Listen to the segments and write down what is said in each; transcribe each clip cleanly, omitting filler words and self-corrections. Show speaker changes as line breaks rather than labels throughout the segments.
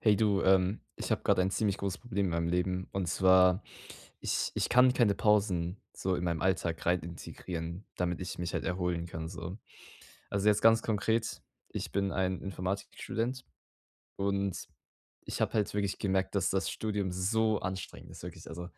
Hey du, ich habe gerade ein ziemlich großes Problem in meinem Leben. Und zwar, ich kann keine Pausen so in meinem Alltag rein integrieren, damit ich mich halt erholen kann. So. Also jetzt ganz konkret, ich bin ein Informatikstudent und ich habe halt wirklich gemerkt, dass das Studium so anstrengend ist, wirklich. Also,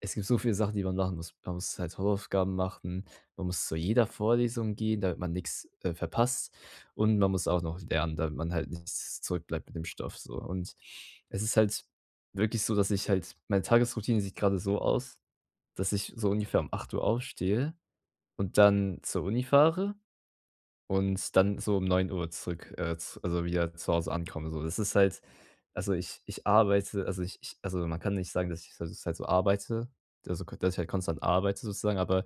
es gibt so viele Sachen, die man machen muss. Man muss halt Hausaufgaben machen, man muss zu jeder Vorlesung gehen, damit man nichts verpasst, und man muss auch noch lernen, damit man halt nicht zurückbleibt mit dem Stoff so. Und es ist halt wirklich so, dass ich halt meine Tagesroutine sieht gerade so aus, dass ich so ungefähr um acht Uhr aufstehe und dann zur Uni fahre und dann so um neun Uhr zurück, z also wieder zu Hause ankommen so. Das ist halt, also ich arbeite, also ich also, man kann nicht sagen, dass ich das halt so arbeite, also k dass ich halt konstant arbeite sozusagen, aber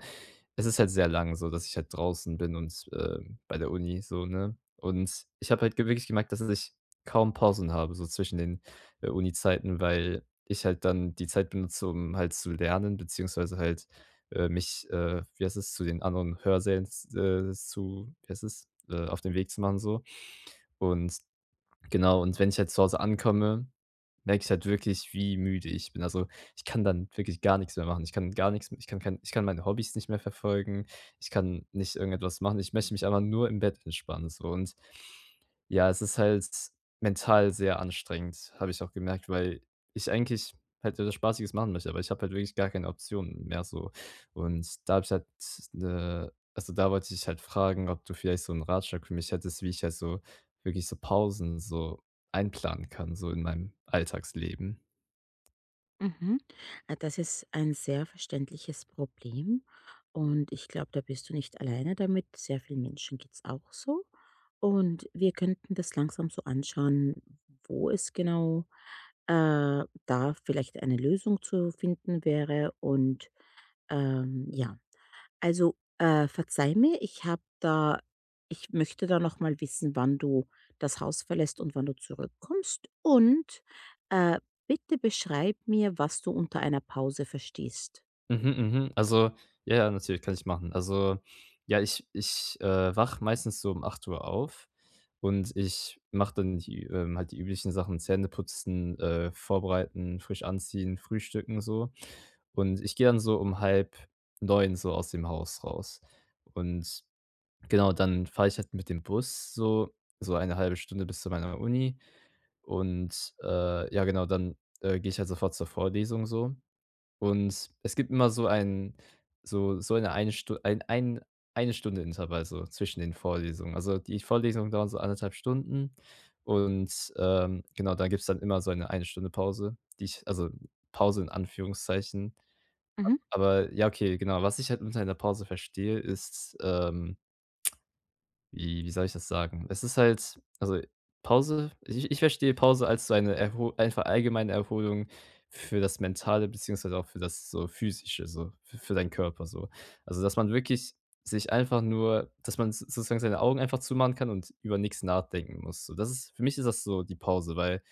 es ist halt sehr lang so, dass ich halt draußen bin und, bei der Uni so, ne? Und ich habe halt ge wirklich gemerkt, dass ich kaum Pausen habe, so zwischen den, Zeiten, weil ich halt dann die Zeit benutze, um halt zu lernen, beziehungsweise halt mich, wie heißt es, zu den anderen Hörsälen zu, wie heißt es, auf den Weg zu machen so. Und genau, und wenn ich jetzt zu Hause ankomme, merke ich halt wirklich, wie müde ich bin. Also, ich kann dann wirklich gar nichts mehr machen. Ich kann gar nichts ich kann kein ich kann meine Hobbys nicht mehr verfolgen. Ich kann nicht irgendetwas machen. Ich möchte mich einfach nur im Bett entspannen, so, und ja, es ist halt mental sehr anstrengend, habe ich auch gemerkt, weil ich eigentlich halt etwas Spaßiges machen möchte, aber ich habe halt wirklich gar keine Option mehr so. Und da habe ich halt da wollte ich halt fragen, ob du vielleicht so einen Ratschlag für mich hättest, wie ich halt so wirklich so Pausen so einplanen kann, so in meinem Alltagsleben.
Mhm. Das ist ein sehr verständliches Problem und ich glaube, da bist du nicht alleine damit. Sehr vielen Menschen geht es auch so. Und wir könnten das langsam so anschauen, wo es genau da vielleicht eine Lösung zu finden wäre. Und ja, also, verzeih mir, ich möchte da noch mal wissen, wann du das Haus verlässt und wann du zurückkommst und, äh, bitte beschreib mir, was du unter einer Pause verstehst.
Mhm, mhm. Also, ja, ja, natürlich kann ich machen. Also, ja, wache meistens so um acht Uhr auf, und ich mache dann die halt die üblichen Sachen: Zähneputzen, vorbereiten, frisch anziehen, frühstücken so. Und ich gehe dann so um halb neun so aus dem Haus raus. Und genau, dann fahre ich halt mit dem Bus so so eine halbe Stunde bis zu meiner Uni. Und, ja genau, dann, gehe ich halt sofort zur Vorlesung so. Und es gibt immer so so so eine eine Stu ein ein eine Stunde Intervall so zwischen den Vorlesungen. Also, die Vorlesungen dauern so anderthalb Stunden und, genau, da gibt's dann immer so eine Stunde Pause, die ich, also Pause in Anführungszeichen.
Mhm,
Aber ja, okay, genau. Was ich halt unter einer Pause verstehe, ist, ähm, wie soll ich das sagen? Es ist halt, also, Pause, ich verstehe Pause als so eine Erho einfach allgemeine Erholung für das Mentale, beziehungsweise auch für das so Physische, so für deinen Körper so. Also, dass man wirklich sich einfach nur dass man so sozusagen seine Augen einfach zumachen kann und über nichts nachdenken muss. So, das ist, für mich ist das so die Pause, weil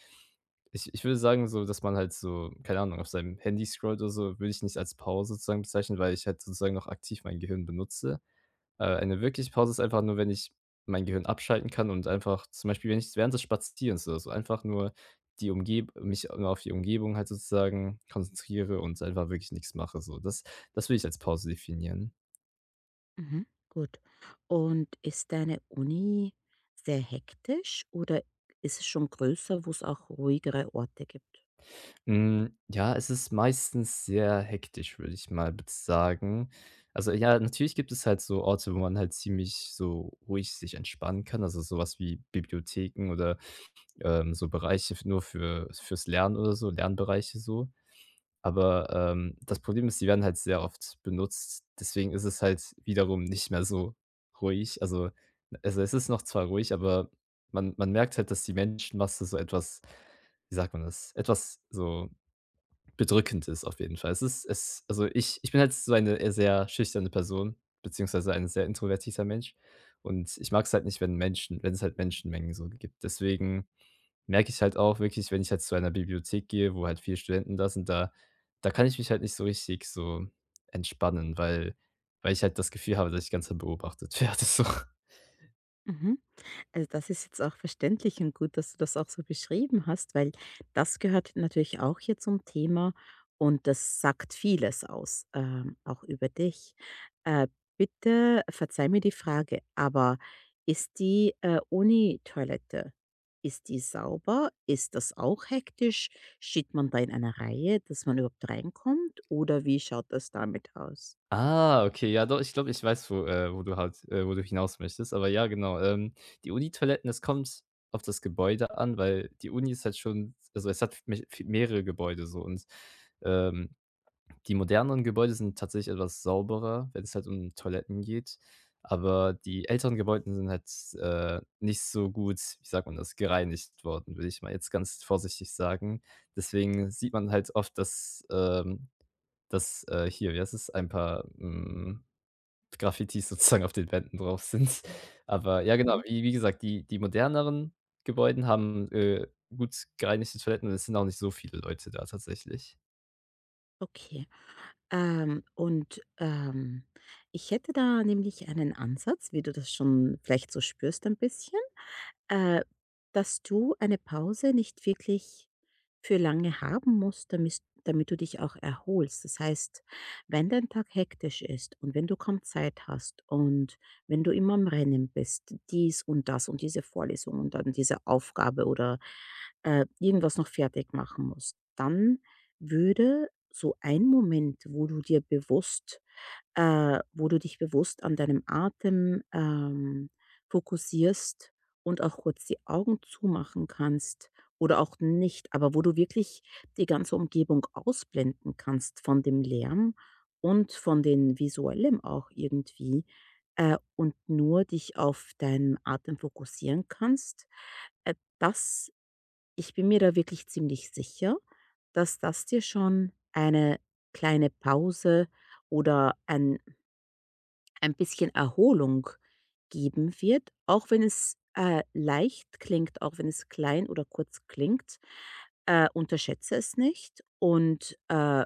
ich würde sagen so, dass man halt so, keine Ahnung, auf seinem Handy scrollt oder so, würde ich nicht als Pause sozusagen bezeichnen, weil ich halt sozusagen noch aktiv mein Gehirn benutze. Eine wirkliche Pause ist einfach nur, wenn ich mein Gehirn abschalten kann und einfach, zum Beispiel, wenn ich während des Spazierens oder so einfach nur die Umgeb mich nur auf die Umgebung halt sozusagen konzentriere und einfach wirklich nichts mache so. Das würde ich als Pause definieren.
mhm. Gut. Und ist deine Uni sehr hektisch oder ist es schon größer, wo es auch ruhigere Orte gibt?
Hm, ja, es ist meistens sehr hektisch, würde ich mal sagen. Also, ja, natürlich gibt es halt so Orte, wo man halt ziemlich so ruhig sich entspannen kann, also sowas wie Bibliotheken oder, so Bereiche f nur fürs Lernen oder so, Lernbereiche so. Aber, das Problem ist, die werden halt sehr oft benutzt. Deswegen ist es halt wiederum nicht mehr so ruhig. Also, es ist noch zwar ruhig, aber man merkt halt, dass die Menschenmasse so etwas, wie sagt man das, etwas so bedrückend ist auf jeden Fall. Es ist es also, ich bin halt so eine eher sehr schüchterne Person, beziehungsweise ein sehr introvertierter Mensch, und ich mag es halt nicht, wenn Menschen wenn es halt Menschenmengen so gibt. Deswegen merke ich halt auch wirklich, wenn ich halt zu einer Bibliothek gehe, wo halt viele Studenten da sind, da kann ich mich halt nicht so richtig so entspannen, weil ich halt das Gefühl habe, dass ich ganze beobachtet werde so.
Mhm. Also, das ist jetzt auch verständlich und gut, dass du das auch so beschrieben hast, weil das gehört natürlich auch hier zum Thema und das sagt vieles aus, auch über dich. Äh, bitte verzeih mir die Frage, aber ist die, Uni-Toilette, ist die sauber? Ist das auch hektisch? Steht man da in einer Reihe, dass man überhaupt reinkommt oder wie schaut das damit aus?
Ah, okay, ja doch, ich glaube, ich weiß, wo, wo du halt, wo du hinaus möchtest. Aber ja, genau, die toiletten, das kommt auf das Gebäude an, weil die Uni ist halt schon, also, es hat me v mehrere Gebäude so, und, ähm, die moderneren Gebäude sind tatsächlich etwas sauberer, wenn es halt um Toiletten geht. Aber die älteren Gebäude sind halt, nicht so gut, wie sagt man das, gereinigt worden, würde ich mal jetzt ganz vorsichtig sagen. Deswegen sieht man halt oft, dass, dass, hier, wie heißt es, ein paar, Graffitis sozusagen auf den Wänden drauf sind. Aber ja, genau, wie gesagt, die moderneren Gebäuden haben, gut gereinigte Toiletten, und es sind auch nicht so viele Leute da tatsächlich.
Okay. Und, ich hätte da nämlich einen Ansatz, wie du das schon vielleicht so spürst ein bisschen. Äh, dass du eine Pause nicht wirklich für lange haben musst, damis damit du dich auch erholst. Das heißt, wenn dein Tag hektisch ist und wenn du kaum Zeit hast und wenn du immer am Rennen bist, dies und das und diese Vorlesung und dann diese Aufgabe oder, irgendwas noch fertig machen musst, dann würde so ein Moment, wo du dich bewusst an deinem Atem, fokussierst und auch kurz die Augen zumachen kannst oder auch nicht, aber wo du wirklich die ganze Umgebung ausblenden kannst von dem Lärm und von den visuellen auch irgendwie, und nur dich auf deinen Atem fokussieren kannst. Das ich bin mir da wirklich ziemlich sicher, dass das dir schon eine kleine Pause oder ein bisschen Erholung geben wird, auch wenn es, leicht klingt, auch wenn es klein oder kurz klingt. Unterschätze es nicht und,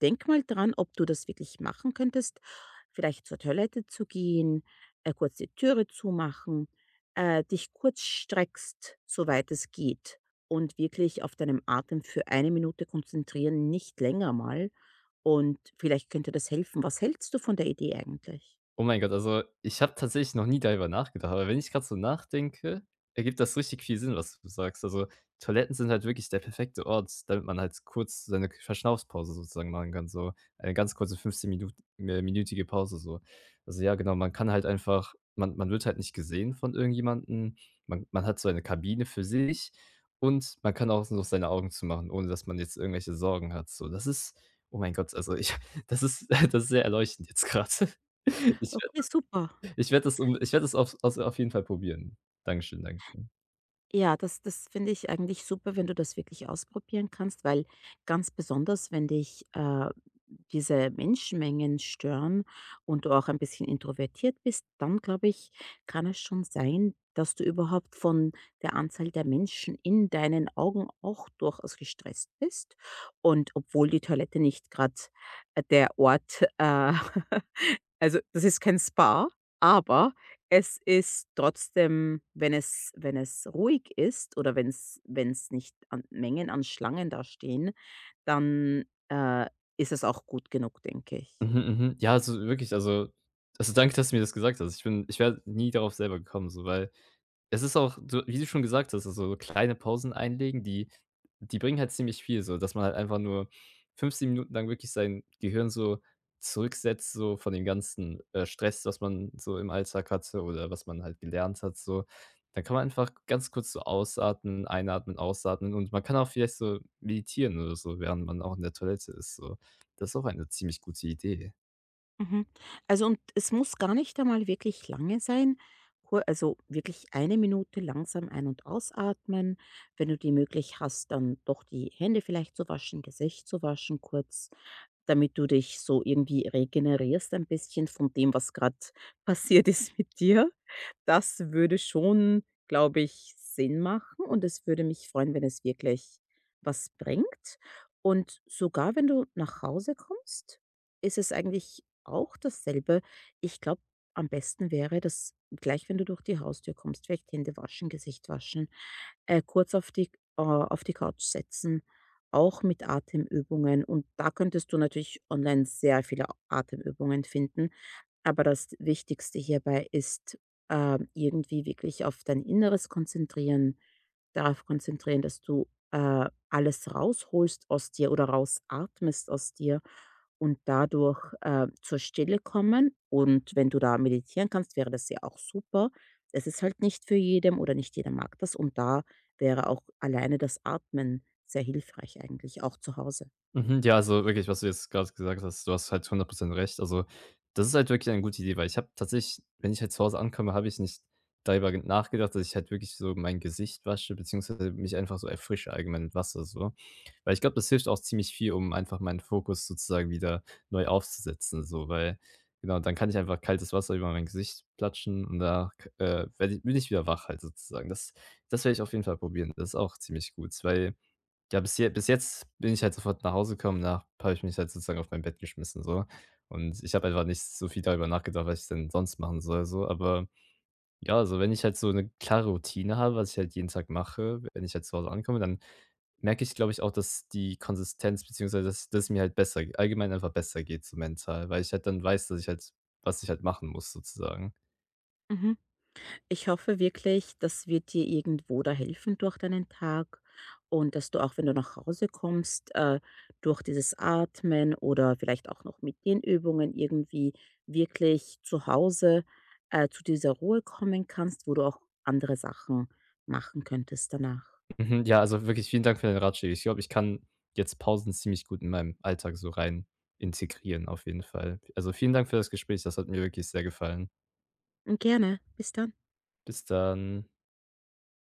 denke mal dran, ob du das wirklich machen könntest, vielleicht zur Toilette zu gehen, kurz die Türe zumachen, dich kurz streckst, soweit es geht und wirklich auf deinem Atem für eine Minute konzentrieren, nicht länger mal und vielleicht könnte das helfen. Was hältst du von der Idee eigentlich?
Oh mein Gott, also ich habe tatsächlich noch nie darüber nachgedacht, aber wenn ich gerade so nachdenke, ergibt das richtig viel Sinn, was du sagst. Also, Toiletten sind halt wirklich der perfekte Ort, damit man halt kurz seine K Verschnaufspause sozusagen machen kann, so eine ganz kurze 15 Minut äh, minütige Pause so. Also ja, genau, man kann halt einfach man wird halt nicht gesehen von irgendjemandem. Man hat so eine Kabine für sich, und man kann auch noch seine Augen zumachen, ohne dass man jetzt irgendwelche Sorgen hat so. Das ist, oh mein Gott, also ich das ist das ist sehr erleuchtend jetzt gerade. Ich
Okay,
werde
super.
Ich werde das auf jeden Fall probieren. Dankeschön, Dankeschön.
Ja, das finde ich eigentlich super, wenn du das wirklich ausprobieren kannst, weil ganz besonders, wenn dich, diese Menschenmengen stören und du auch ein bisschen introvertiert bist, dann glaube ich, kann es schon sein, dass du überhaupt von der Anzahl der Menschen in deinen Augen auch durchaus gestresst bist. Und obwohl die Toilette nicht gerade der Ort, Also, das ist kein Spa, aber es ist trotzdem, wenn es ruhig ist oder wenn es nicht an Mengen an Schlangen da stehen, dann, äh, ist es auch gut genug, denke ich.
Mhm, mhm. Ja, also wirklich, also danke, dass du mir das gesagt hast. Ich wäre nie darauf selber gekommen so, weil es ist auch so, wie du schon gesagt hast, also, so kleine Pausen einlegen, die bringen halt ziemlich viel so, dass man halt einfach nur 15 Minuten lang wirklich sein Gehirn so zurücksetzt, so von dem ganzen, Stress, was man so im Alltag hatte oder was man halt gelernt hat so. Dann kann man einfach ganz kurz so ausatmen, einatmen, ausatmen, und man kann auch vielleicht so meditieren oder so, während man auch in der Toilette ist so. Das ist auch eine ziemlich gute Idee.
Mhm. Also, und es muss gar nicht einmal wirklich lange sein. Kur also, wirklich eine Minute langsam ein und ausatmen. Wenn du die möglich hast, dann doch die Hände vielleicht zu waschen, Gesicht zu waschen kurz, damit du dich so irgendwie regenerierst ein bisschen von dem, was gerade passiert ist mit dir. Das würde schon, glaube ich, Sinn machen und es würde mich freuen, wenn es wirklich was bringt. Und sogar wenn du nach Hause kommst, ist es eigentlich auch dasselbe. Ich glaube, am besten wäre das gleich, wenn du durch die Haustür kommst, vielleicht Hände waschen, Gesicht waschen, kurz auf die Couch setzen, auch mit Atemübungen. Und da könntest du natürlich online sehr viele Atemübungen finden. Aber das Wichtigste hierbei ist irgendwie wirklich auf dein Inneres konzentrieren, darauf konzentrieren, dass du, alles rausholst aus dir oder rausatmest aus dir und dadurch, zur Stille kommen. Und wenn du da meditieren kannst, wäre das ja auch super. Es ist halt nicht für jedem oder nicht jeder mag das und da wäre auch alleine das Atmen sehr hilfreich eigentlich, auch zu Hause.
Mhm, ja, also wirklich, was du jetzt gerade gesagt hast, du hast halt 100% recht. Also, das ist halt wirklich eine gute Idee, weil ich habe tatsächlich, wenn ich halt zu Hause ankomme, habe ich nicht darüber ge nachgedacht, dass ich halt wirklich so mein Gesicht wasche, beziehungsweise mich einfach so erfrische allgemein mit Wasser so. Weil ich glaube, das hilft auch ziemlich viel, um einfach meinen Fokus sozusagen wieder neu aufzusetzen so, weil genau, dann kann ich einfach kaltes Wasser über mein Gesicht platschen, und da, werde ich bin ich wieder wach halt sozusagen. Das werde ich auf jeden Fall probieren. Das ist auch ziemlich gut, weil ja, bis jetzt bin ich halt sofort nach Hause gekommen, da habe ich mich halt sozusagen auf mein Bett geschmissen so. Und ich habe einfach nicht so viel darüber nachgedacht, was ich denn sonst machen soll so. Aber ja, also wenn ich halt so eine klare Routine habe, was ich halt jeden Tag mache, wenn ich halt zu Hause ankomme, dann merke ich, glaube ich, auch, dass die Konsistenz, beziehungsweise dass es mir halt besser allgemein einfach besser geht so mental, weil ich halt dann weiß, dass ich halt, was ich halt machen muss sozusagen.
Mhm. Ich hoffe wirklich, das wird dir irgendwo da helfen durch deinen Tag und dass du auch, wenn du nach Hause kommst, durch dieses Atmen oder vielleicht auch noch mit den Übungen irgendwie wirklich zu Hause zu dieser Ruhe kommen kannst, wo du auch andere Sachen machen könntest danach.
Mhm, ja, also wirklich vielen Dank für den Ratschlag. Ich glaube, ich kann jetzt Pausen ziemlich gut in meinem Alltag so rein integrieren auf jeden Fall. Also, vielen Dank für das Gespräch. Das hat mir wirklich sehr gefallen.
Und gerne, bis dann.
Bis dann.